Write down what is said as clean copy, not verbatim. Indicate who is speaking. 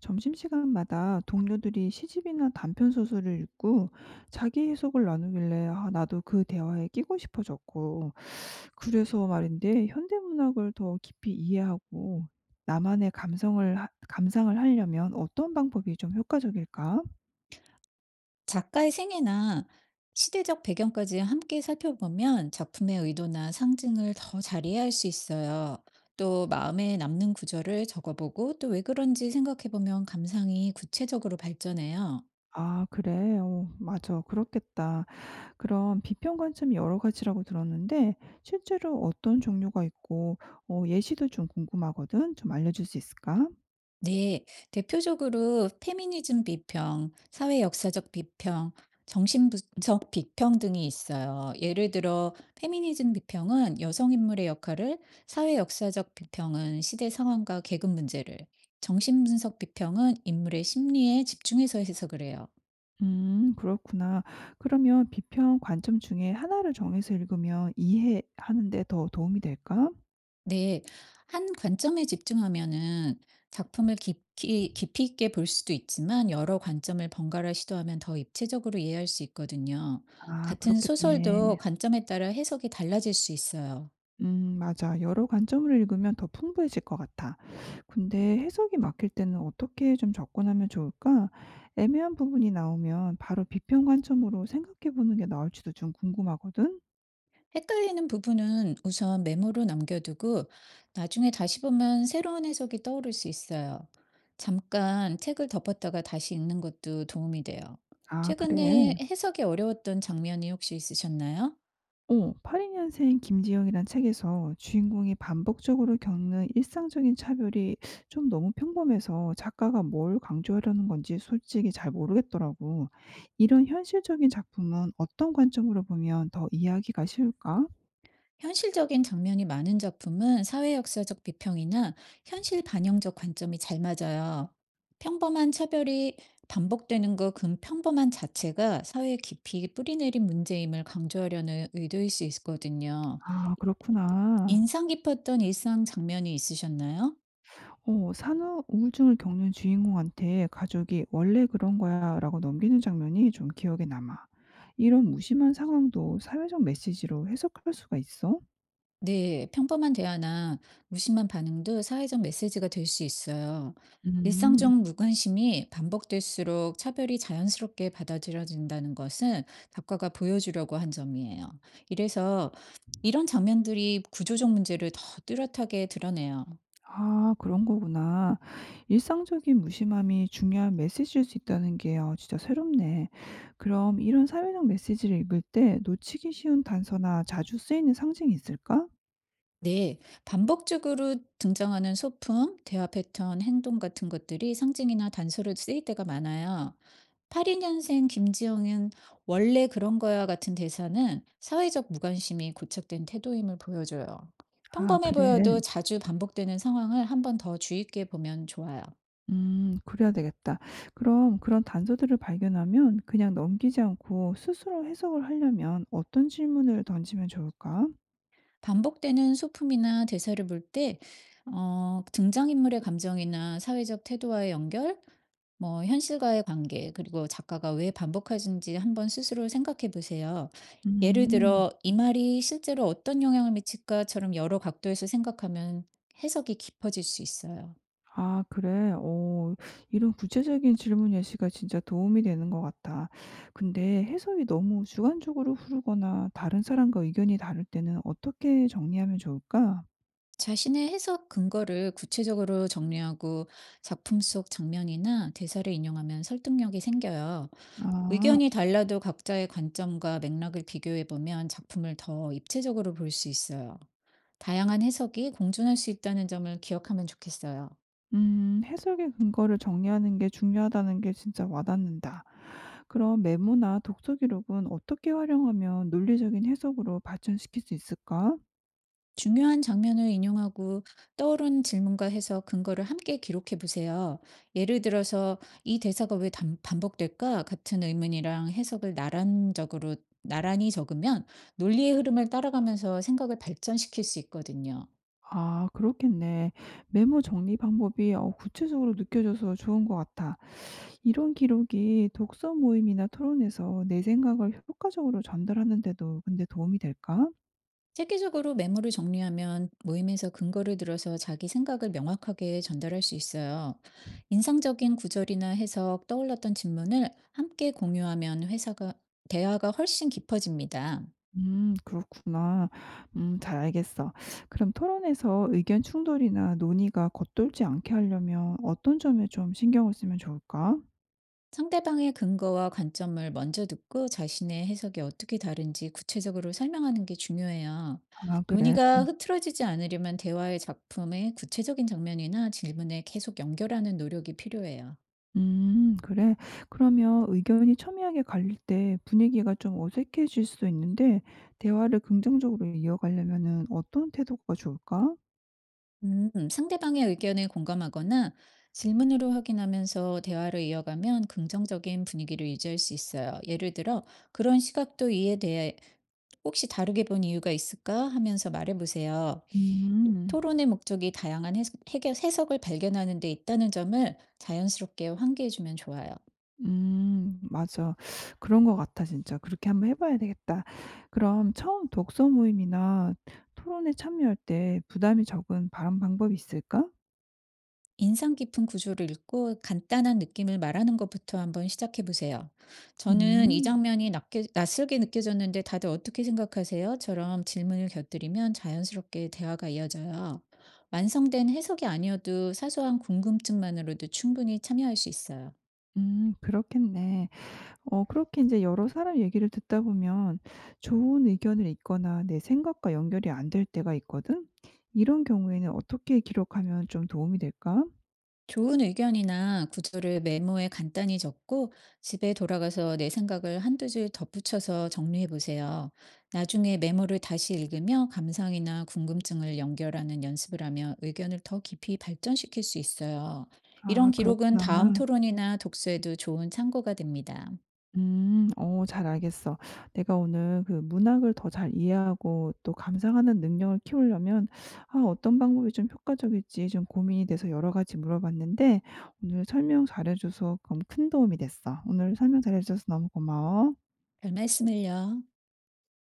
Speaker 1: 점심시간마다 동료들이 시집이나 단편 소설을 읽고 자기 해석을 나누길래 아, 나도 그 대화에 끼고 싶어졌고. 그래서 말인데 현대문학을 더 깊이 이해하고 나만의 감성을 감상을 하려면 어떤 방법이 좀 효과적일까?
Speaker 2: 작가의 생애나 시대적 배경까지 함께 살펴보면 작품의 의도나 상징을 더 잘 이해할 수 있어요. 또 마음에 남는 구절을 적어보고 또 왜 그런지 생각해보면 감상이 구체적으로 발전해요.
Speaker 1: 아, 그래. 맞아. 그렇겠다. 그럼 비평 관점이 여러 가지라고 들었는데 실제로 어떤 종류가 있고, 예시도 좀 궁금하거든. 좀 알려줄 수 있을까?
Speaker 2: 네, 대표적으로 페미니즘 비평, 사회 역사적 비평, 정신분석 비평 등이 있어요. 예를 들어, 페미니즘 비평은 여성 인물의 역할을, 사회 역사적 비평은 시대 상황과 계급 문제를, 정신분석 비평은 인물의 심리에 집중해서 해석을 해요.
Speaker 1: 음, 그렇구나. 그러면 비평 관점 중에 하나를 정해서 읽으면 이해하는 데 더 도움이 될까?
Speaker 2: 네. 한 관점에 집중하면은 작품을 깊이, 깊이 있게 볼 수도 있지만 여러 관점을 번갈아 시도하면 더 입체적으로 이해할 수 있거든요.
Speaker 1: 아,
Speaker 2: 같은
Speaker 1: 그렇겠네.
Speaker 2: 소설도 관점에 따라 해석이 달라질 수 있어요.
Speaker 1: 음, 맞아. 여러 관점을 읽으면 더 풍부해질 것 같아. 근데 해석이 막힐 때는 어떻게 좀 접근하면 좋을까? 애매한 부분이 나오면 바로 비평 관점으로 생각해 보는 게 나을지도 좀 궁금하거든.
Speaker 2: 헷갈리는 부분은 우선 메모로 남겨두고 나중에 다시 보면 새로운 해석이 떠오를 수 있어요. 잠깐 책을 덮었다가 다시 읽는 것도 도움이 돼요.
Speaker 1: 아, 그래?
Speaker 2: 최근에 해석이 어려웠던 장면이 혹시 있으셨나요?
Speaker 1: 어 82년생 김지영이란 책에서 주인공이 반복적으로 겪는 일상적인 차별이 좀 너무 평범해서 작가가 뭘 강조하려는 건지 솔직히 잘 모르겠더라고. 이런 현실적인 작품은 어떤 관점으로 보면 더 이해하기가 쉬울까?
Speaker 2: 현실적인 장면이 많은 작품은 사회 역사적 비평이나 현실 반영적 관점이 잘 맞아요. 평범한 차별이 반복되는 그 근평범한 자체가 사회 깊이 뿌리내린 문제임을 강조하려는 의도일 수 있거든요.
Speaker 1: 아, 그렇구나.
Speaker 2: 인상 깊었던 일상 장면이 있으셨나요?
Speaker 1: 어, 산후 우울증을 겪는 주인공한테 가족이 "원래 그런 거야."라고 넘기는 장면이 좀 기억에 남아. 이런 무심한 상황도 사회적 메시지로 해석할 수가 있어?
Speaker 2: 네, 평범한 대화나 무심한 반응도 사회적 메시지가 될 수 있어요.
Speaker 1: 음.
Speaker 2: 일상적 무관심이 반복될수록 차별이 자연스럽게 받아들여진다는 것은 작가가 보여주려고 한 점이에요. 이래서 이런 장면들이 구조적 문제를 더 뚜렷하게 드러내요.
Speaker 1: 아, 그런 거구나. 일상적인 무심함이 중요한 메시지일 수 있다는 게 진짜 새롭네. 그럼 이런 사회적 메시지를 읽을 때 놓치기 쉬운 단서나 자주 쓰이는 상징이 있을까?
Speaker 2: 네, 반복적으로 등장하는 소품, 대화 패턴, 행동 같은 것들이 상징이나 단서로 쓰일 때가 많아요. 82년생 김지영은 원래 그런 거야 같은 대사는 사회적 무관심이 고착된 태도임을 보여줘요.
Speaker 1: 아,
Speaker 2: 평범해
Speaker 1: 그래.
Speaker 2: 보여도 자주 반복되는 상황을 한 번 더 주의 깊게 보면 좋아요.
Speaker 1: 음, 그래야 되겠다. 그럼 그런 단서들을 발견하면 그냥 넘기지 않고 스스로 해석을 하려면 어떤 질문을 던지면 좋을까?
Speaker 2: 반복되는 소품이나 대사를 볼 때, 어, 등장인물의 감정이나 사회적 태도와의 연결, 뭐, 현실과의 관계, 그리고 작가가 왜 반복하는지 한번 스스로 생각해 보세요. 예를
Speaker 1: 음.
Speaker 2: 들어, 이 말이 실제로 어떤 영향을 미칠까처럼 여러 각도에서 생각하면 해석이 깊어질 수 있어요.
Speaker 1: 아, 그래? 어, 이런 구체적인 질문 예시가 진짜 도움이 되는 것 같아. 근데 해석이 너무 주관적으로 흐르거나 다른 사람과 의견이 다를 때는 어떻게 정리하면 좋을까?
Speaker 2: 자신의 해석 근거를 구체적으로 정리하고 작품 속 장면이나 대사를 인용하면 설득력이 생겨요.
Speaker 1: 아.
Speaker 2: 의견이 달라도 각자의 관점과 맥락을 비교해 보면 작품을 더 입체적으로 볼 수 있어요. 다양한 해석이 공존할 수 있다는 점을 기억하면 좋겠어요.
Speaker 1: 음, 해석의 근거를 정리하는 게 중요하다는 게 진짜 와닿는다. 그럼 메모나 독서 기록은 어떻게 활용하면 논리적인 해석으로 발전시킬 수 있을까?
Speaker 2: 중요한 장면을 인용하고 떠오른 질문과 해석 근거를 함께 기록해 보세요. 예를 들어서 이 대사가 왜 반복될까? 같은 의문이랑 해석을 나란적으로 나란히 적으면 논리의 흐름을 따라가면서 생각을 발전시킬 수 있거든요.
Speaker 1: 아, 그렇겠네. 메모 정리 방법이 구체적으로 느껴져서 좋은 것 같아. 이런 기록이 독서 모임이나 토론에서 내 생각을 효과적으로 전달하는데도 근데 도움이 될까?
Speaker 2: 체계적으로 메모를 정리하면 모임에서 근거를 들어서 자기 생각을 명확하게 전달할 수 있어요. 인상적인 구절이나 해석, 떠올랐던 질문을 함께 공유하면 회사가 대화가 훨씬 깊어집니다.
Speaker 1: 그렇구나. 잘 알겠어. 그럼 토론에서 의견 충돌이나 논의가 겉돌지 않게 하려면 어떤 점에 좀 신경을 쓰면 좋을까?
Speaker 2: 상대방의 근거와 관점을 먼저 듣고 자신의 해석이 어떻게 다른지 구체적으로 설명하는 게 중요해요.
Speaker 1: 아, 그래.
Speaker 2: 논의가 흐트러지지 않으려면 대화의 작품의 구체적인 장면이나 질문에 계속 연결하는 노력이 필요해요.
Speaker 1: 그래. 그러면 의견이 첨예하게 갈릴 때 분위기가 좀 어색해질 수도 있는데, 대화를 긍정적으로 이어가려면은 어떤 태도가 좋을까?
Speaker 2: 상대방의 의견에 공감하거나 질문으로 확인하면서 대화를 이어가면 긍정적인 분위기를 유지할 수 있어요. 예를 들어, 그런 시각도 이에 대해 혹시 다르게 본 이유가 있을까? 하면서 말해보세요.
Speaker 1: 음.
Speaker 2: 토론의 목적이 다양한 해석을 발견하는 데 있다는 점을 자연스럽게 환기해 주면 좋아요.
Speaker 1: 음, 맞아. 그런 것 같아 진짜. 그렇게 한번 해 봐야 되겠다. 그럼 처음 독서 모임이나 토론에 참여할 때 부담이 적은 발언 방법이 있을까?
Speaker 2: 인상 깊은 구조를 읽고 간단한 느낌을 말하는 것부터 한번 시작해 보세요. 저는 이
Speaker 1: 음.
Speaker 2: 장면이 낯설게 느껴졌는데 다들 어떻게 생각하세요? 처럼 질문을 곁들이면 자연스럽게 대화가 이어져요. 완성된 해석이 아니어도 사소한 궁금증만으로도 충분히 참여할 수 있어요.
Speaker 1: 음, 그렇겠네. 어, 그렇게 이제 여러 사람 얘기를 듣다 보면 좋은 의견을 읽거나 내 생각과 연결이 안 될 때가 있거든. 이런 경우에는 어떻게 기록하면 좀 도움이 될까?
Speaker 2: 좋은 의견이나 구조를 메모에 간단히 적고 집에 돌아가서 내 생각을 한두 줄 덧붙여서 정리해 보세요. 나중에 메모를 다시 읽으며 감상이나 궁금증을 연결하는 연습을 하며 의견을 더 깊이 발전시킬 수 있어요. 이런
Speaker 1: 아,
Speaker 2: 기록은 다음
Speaker 1: 그렇구나.
Speaker 2: 토론이나 독서에도 좋은 참고가 됩니다.
Speaker 1: 음. 어, 잘 알겠어. 내가 오늘 그 문학을 더 잘 이해하고 또 감상하는 능력을 키우려면 어떤 방법이 좀 효과적일지 좀 고민이 돼서 여러 가지 물어봤는데 오늘 설명 잘해 줘서 그럼 큰 도움이 됐어. 오늘 설명 잘해 줘서 너무 고마워.
Speaker 2: 별 말씀을요.